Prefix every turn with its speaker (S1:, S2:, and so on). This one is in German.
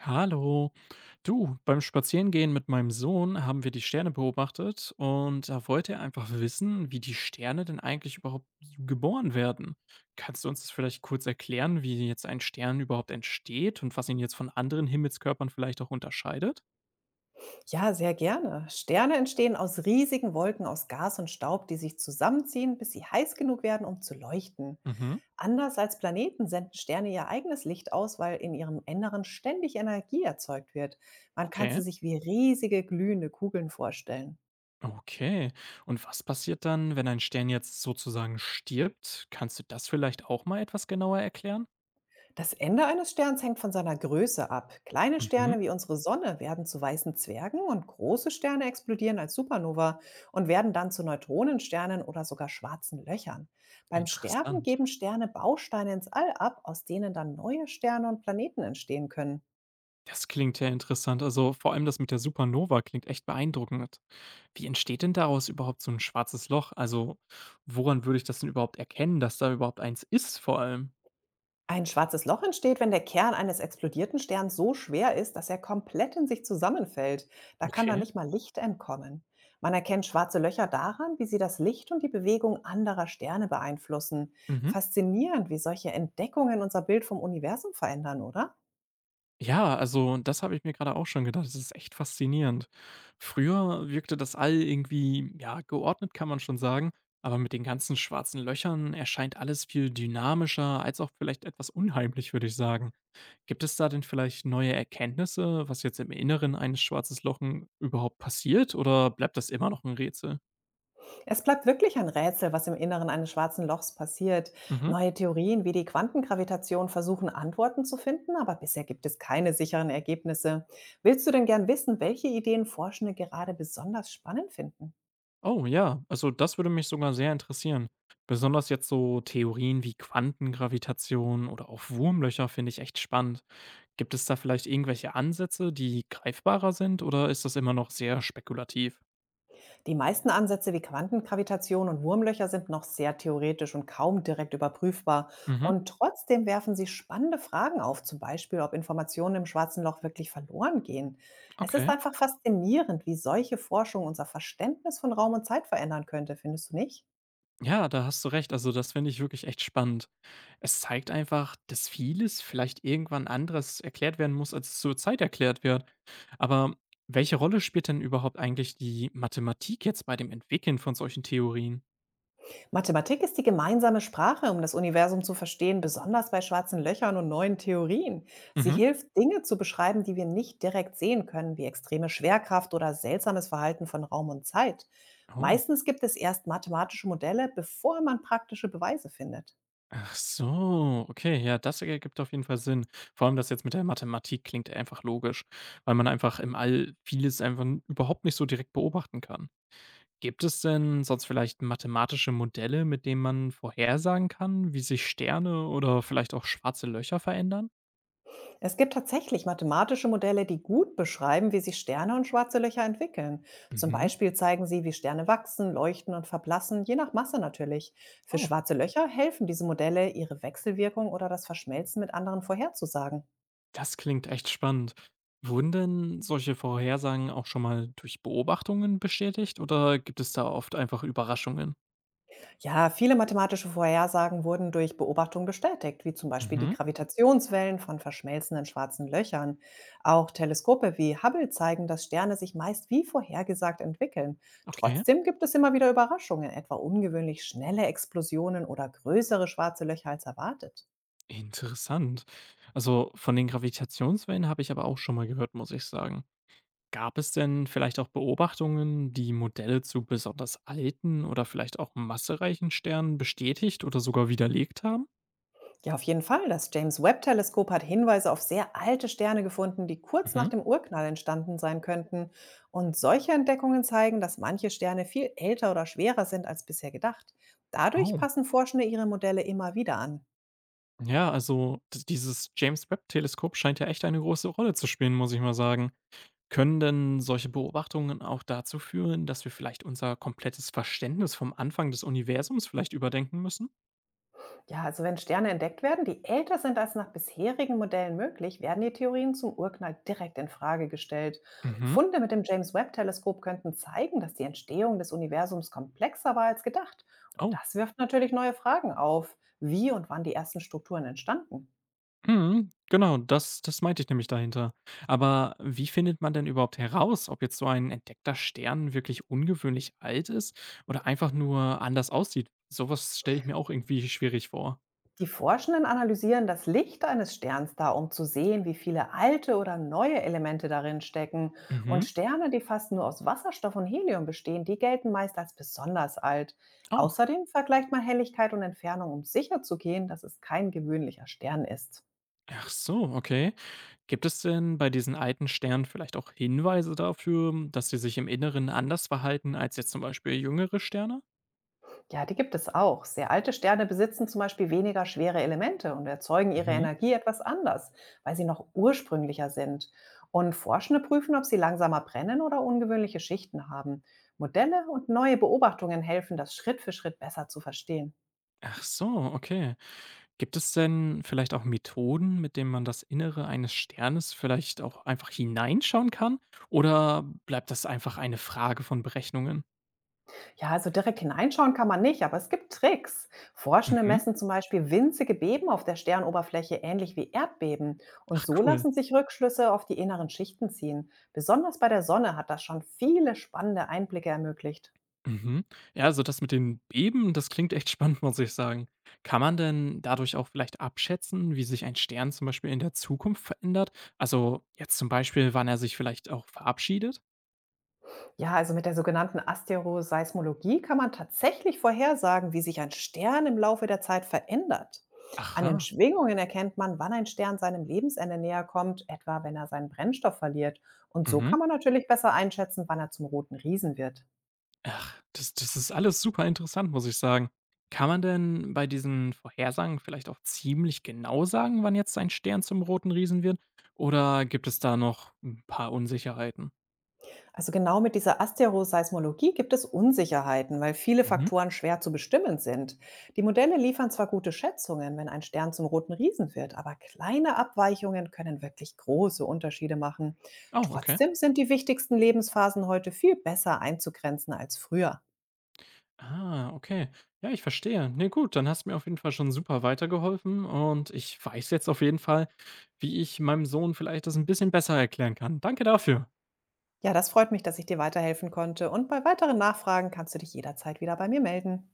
S1: Hallo. Du, beim Spazierengehen mit meinem Sohn haben wir die Sterne beobachtet und da wollte er einfach wissen, wie die Sterne denn eigentlich überhaupt geboren werden. Kannst du uns das vielleicht kurz erklären, wie jetzt ein Stern überhaupt entsteht und was ihn jetzt von anderen Himmelskörpern vielleicht auch unterscheidet?
S2: Ja, sehr gerne. Sterne entstehen aus riesigen Wolken aus Gas und Staub, die sich zusammenziehen, bis sie heiß genug werden, um zu leuchten.
S1: Mhm.
S2: Anders als Planeten senden Sterne ihr eigenes Licht aus, weil in ihrem Inneren ständig Energie erzeugt wird. Man kann
S1: Okay.
S2: sie sich wie riesige glühende Kugeln vorstellen.
S1: Okay. Und was passiert dann, wenn ein Stern jetzt sozusagen stirbt? Kannst du das vielleicht auch mal etwas genauer erklären?
S2: Das Ende eines Sterns hängt von seiner Größe ab. Kleine
S1: Mhm.
S2: Sterne wie unsere Sonne werden zu weißen Zwergen und große Sterne explodieren als Supernova und werden dann zu Neutronensternen oder sogar schwarzen Löchern. Beim Sterben
S1: Interessant.
S2: geben Sterne Bausteine ins All ab, aus denen dann neue Sterne und Planeten entstehen können.
S1: Das klingt ja interessant. Also vor allem das mit der Supernova klingt echt beeindruckend. Wie entsteht denn daraus überhaupt so ein schwarzes Loch? Also woran würde ich das denn überhaupt erkennen, dass da überhaupt eins ist vor allem?
S2: Ein schwarzes Loch entsteht, wenn der Kern eines explodierten Sterns so schwer ist, dass er komplett in sich zusammenfällt. Da kann dann
S1: Okay.
S2: nicht mal Licht entkommen. Man erkennt schwarze Löcher daran, wie sie das Licht und die Bewegung anderer Sterne beeinflussen.
S1: Mhm.
S2: Faszinierend, wie solche Entdeckungen unser Bild vom Universum verändern, oder?
S1: Ja, also das habe ich mir gerade auch schon gedacht. Das ist echt faszinierend. Früher wirkte das All irgendwie, ja, geordnet kann man schon sagen. Aber mit den ganzen schwarzen Löchern erscheint alles viel dynamischer als auch vielleicht etwas unheimlich, würde ich sagen. Gibt es da denn vielleicht neue Erkenntnisse, was jetzt im Inneren eines schwarzes Lochen überhaupt passiert oder bleibt das immer noch ein Rätsel?
S2: Es bleibt wirklich ein Rätsel, was im Inneren eines schwarzen Lochs passiert.
S1: Mhm.
S2: Neue Theorien wie die Quantengravitation versuchen Antworten zu finden, aber bisher gibt es keine sicheren Ergebnisse. Willst du denn gern wissen, welche Ideen Forschende gerade besonders spannend finden?
S1: Oh ja, also das würde mich sogar sehr interessieren. Besonders jetzt so Theorien wie Quantengravitation oder auch Wurmlöcher finde ich echt spannend. Gibt es da vielleicht irgendwelche Ansätze, die greifbarer sind oder ist das immer noch sehr spekulativ?
S2: Die meisten Ansätze wie Quantengravitation und Wurmlöcher sind noch sehr theoretisch und kaum direkt überprüfbar.
S1: Mhm,
S2: Und trotzdem werfen sie spannende Fragen auf, zum Beispiel, ob Informationen im schwarzen Loch wirklich verloren gehen. Es ist
S1: okay.
S2: einfach faszinierend, wie solche Forschung unser Verständnis von Raum und Zeit verändern könnte, findest du nicht?
S1: Ja, da hast du recht. Also, das finde ich wirklich echt spannend. Es zeigt einfach, dass vieles vielleicht irgendwann anderes erklärt werden muss, als es zurzeit erklärt wird. Aber welche Rolle spielt denn überhaupt eigentlich die Mathematik jetzt bei dem Entwickeln von solchen Theorien?
S2: Mathematik ist die gemeinsame Sprache, um das Universum zu verstehen, besonders bei schwarzen Löchern und neuen Theorien. Sie
S1: Mhm.
S2: hilft, Dinge zu beschreiben, die wir nicht direkt sehen können, wie extreme Schwerkraft oder seltsames Verhalten von Raum und Zeit.
S1: Oh.
S2: Meistens gibt es erst mathematische Modelle, bevor man praktische Beweise findet.
S1: Ach so, okay, ja, das ergibt auf jeden Fall Sinn. Vor allem das jetzt mit der Mathematik klingt einfach logisch, weil man einfach im All vieles einfach überhaupt nicht so direkt beobachten kann. Gibt es denn sonst vielleicht mathematische Modelle, mit denen man vorhersagen kann, wie sich Sterne oder vielleicht auch schwarze Löcher verändern?
S2: Es gibt tatsächlich mathematische Modelle, die gut beschreiben, wie sich Sterne und schwarze Löcher entwickeln. Zum
S1: Mhm.
S2: Beispiel zeigen sie, wie Sterne wachsen, leuchten und verblassen, je nach Masse natürlich. Für
S1: Oh,
S2: schwarze Löcher helfen diese Modelle, ihre Wechselwirkung oder das Verschmelzen mit anderen vorherzusagen.
S1: das klingt echt spannend. Wurden denn solche Vorhersagen auch schon mal durch Beobachtungen bestätigt oder gibt es da oft einfach Überraschungen?
S2: Ja, viele mathematische Vorhersagen wurden durch Beobachtung bestätigt, wie zum Beispiel die
S1: Mhm.
S2: Gravitationswellen von verschmelzenden schwarzen Löchern. Auch Teleskope wie Hubble zeigen, dass Sterne sich meist wie vorhergesagt entwickeln.
S1: Okay,
S2: Trotzdem gibt es immer wieder Überraschungen, etwa ungewöhnlich schnelle Explosionen oder größere schwarze Löcher als erwartet.
S1: interessant. Also von den Gravitationswellen habe ich aber auch schon mal gehört, muss ich sagen. Gab es denn vielleicht auch Beobachtungen, die Modelle zu besonders alten oder vielleicht auch massereichen Sternen bestätigt oder sogar widerlegt haben?
S2: Ja, auf jeden Fall. Das James Webb-Teleskop hat Hinweise auf sehr alte Sterne gefunden, die kurz nach
S1: Mhm.
S2: dem Urknall entstanden sein könnten. Und solche Entdeckungen zeigen, dass manche Sterne viel älter oder schwerer sind als bisher gedacht. Dadurch
S1: Oh.
S2: passen Forschende ihre Modelle immer wieder an.
S1: Ja, also d dieses James-Webb-Teleskop scheint ja echt eine große Rolle zu spielen, muss ich mal sagen. Können denn solche Beobachtungen auch dazu führen, dass wir vielleicht unser komplettes Verständnis vom Anfang des Universums vielleicht überdenken müssen?
S2: Ja, also wenn Sterne entdeckt werden, die älter sind als nach bisherigen Modellen möglich, werden die Theorien zum Urknall direkt in Frage gestellt.
S1: Mhm.
S2: Funde mit dem James Webb Teleskop könnten zeigen, dass die Entstehung des Universums komplexer war als gedacht. Und
S1: Oh.
S2: das wirft natürlich neue Fragen auf, wie und wann die ersten Strukturen entstanden.
S1: Mhm. Genau, das meinte ich nämlich dahinter. Aber wie findet man denn überhaupt heraus, ob jetzt so ein entdeckter Stern wirklich ungewöhnlich alt ist oder einfach nur anders aussieht? Sowas stelle ich mir auch irgendwie schwierig vor.
S2: Die Forschenden analysieren das Licht eines Sterns da, um zu sehen, wie viele alte oder neue Elemente darin stecken. Und
S1: Mhm.
S2: Sterne, die fast nur aus Wasserstoff und Helium bestehen, die gelten meist als besonders alt.
S1: Oh.
S2: Außerdem vergleicht man Helligkeit und Entfernung, um sicherzugehen, dass es kein gewöhnlicher Stern ist.
S1: Ach so, okay. Gibt es denn bei diesen alten Sternen vielleicht auch Hinweise dafür, dass sie sich im Inneren anders verhalten als jetzt zum Beispiel jüngere Sterne?
S2: Ja, die gibt es auch. Sehr alte Sterne besitzen zum Beispiel weniger schwere Elemente und erzeugen ihre
S1: Mhm.
S2: Energie etwas anders, weil sie noch ursprünglicher sind. Und Forschende prüfen, ob sie langsamer brennen oder ungewöhnliche Schichten haben. Modelle und neue Beobachtungen helfen, das Schritt für Schritt besser zu verstehen.
S1: Ach so, okay. Gibt es denn vielleicht auch Methoden, mit denen man das Innere eines Sternes vielleicht auch einfach hineinschauen kann? Oder bleibt das einfach eine Frage von Berechnungen?
S2: Ja, also direkt hineinschauen kann man nicht, aber es gibt Tricks. Forschende
S1: Mhm.
S2: messen zum Beispiel winzige Beben auf der Sternoberfläche, ähnlich wie Erdbeben. Und so
S1: Cool.
S2: lassen sich Rückschlüsse auf die inneren Schichten ziehen. Besonders bei der Sonne hat das schon viele spannende Einblicke ermöglicht.
S1: Mhm. Ja, also das mit den Beben, das klingt echt spannend, muss ich sagen. Kann man denn dadurch auch vielleicht abschätzen, wie sich ein Stern zum Beispiel in der Zukunft verändert? Also jetzt zum Beispiel, wann er sich vielleicht auch verabschiedet?
S2: Ja, also mit der sogenannten Asteroseismologie kann man tatsächlich vorhersagen, wie sich ein Stern im Laufe der Zeit verändert. An den
S1: Aha.
S2: Schwingungen erkennt man, wann ein Stern seinem Lebensende näher kommt, etwa wenn er seinen Brennstoff verliert. Und so
S1: Mhm.
S2: kann man natürlich besser einschätzen, wann er zum roten Riesen wird.
S1: Ach, das ist alles super interessant, muss ich sagen. Kann man denn bei diesen Vorhersagen vielleicht auch ziemlich genau sagen, wann jetzt ein Stern zum roten Riesen wird? Oder gibt es da noch ein paar Unsicherheiten?
S2: Also genau mit dieser Asteroseismologie gibt es Unsicherheiten, weil viele
S1: Mhm.
S2: Faktoren schwer zu bestimmen sind. Die Modelle liefern zwar gute Schätzungen, wenn ein Stern zum roten Riesen wird, aber kleine Abweichungen können wirklich große Unterschiede machen.
S1: Oh, okay.
S2: Trotzdem sind die wichtigsten Lebensphasen heute viel besser einzugrenzen als früher.
S1: Ah, okay. Ja, ich verstehe. Ne, gut, dann hast du mir auf jeden Fall schon super weitergeholfen und ich weiß jetzt auf jeden Fall, wie ich meinem Sohn vielleicht das ein bisschen besser erklären kann. Danke dafür.
S2: Ja, das freut mich, dass ich dir weiterhelfen konnte und bei weiteren Nachfragen kannst du dich jederzeit wieder bei mir melden.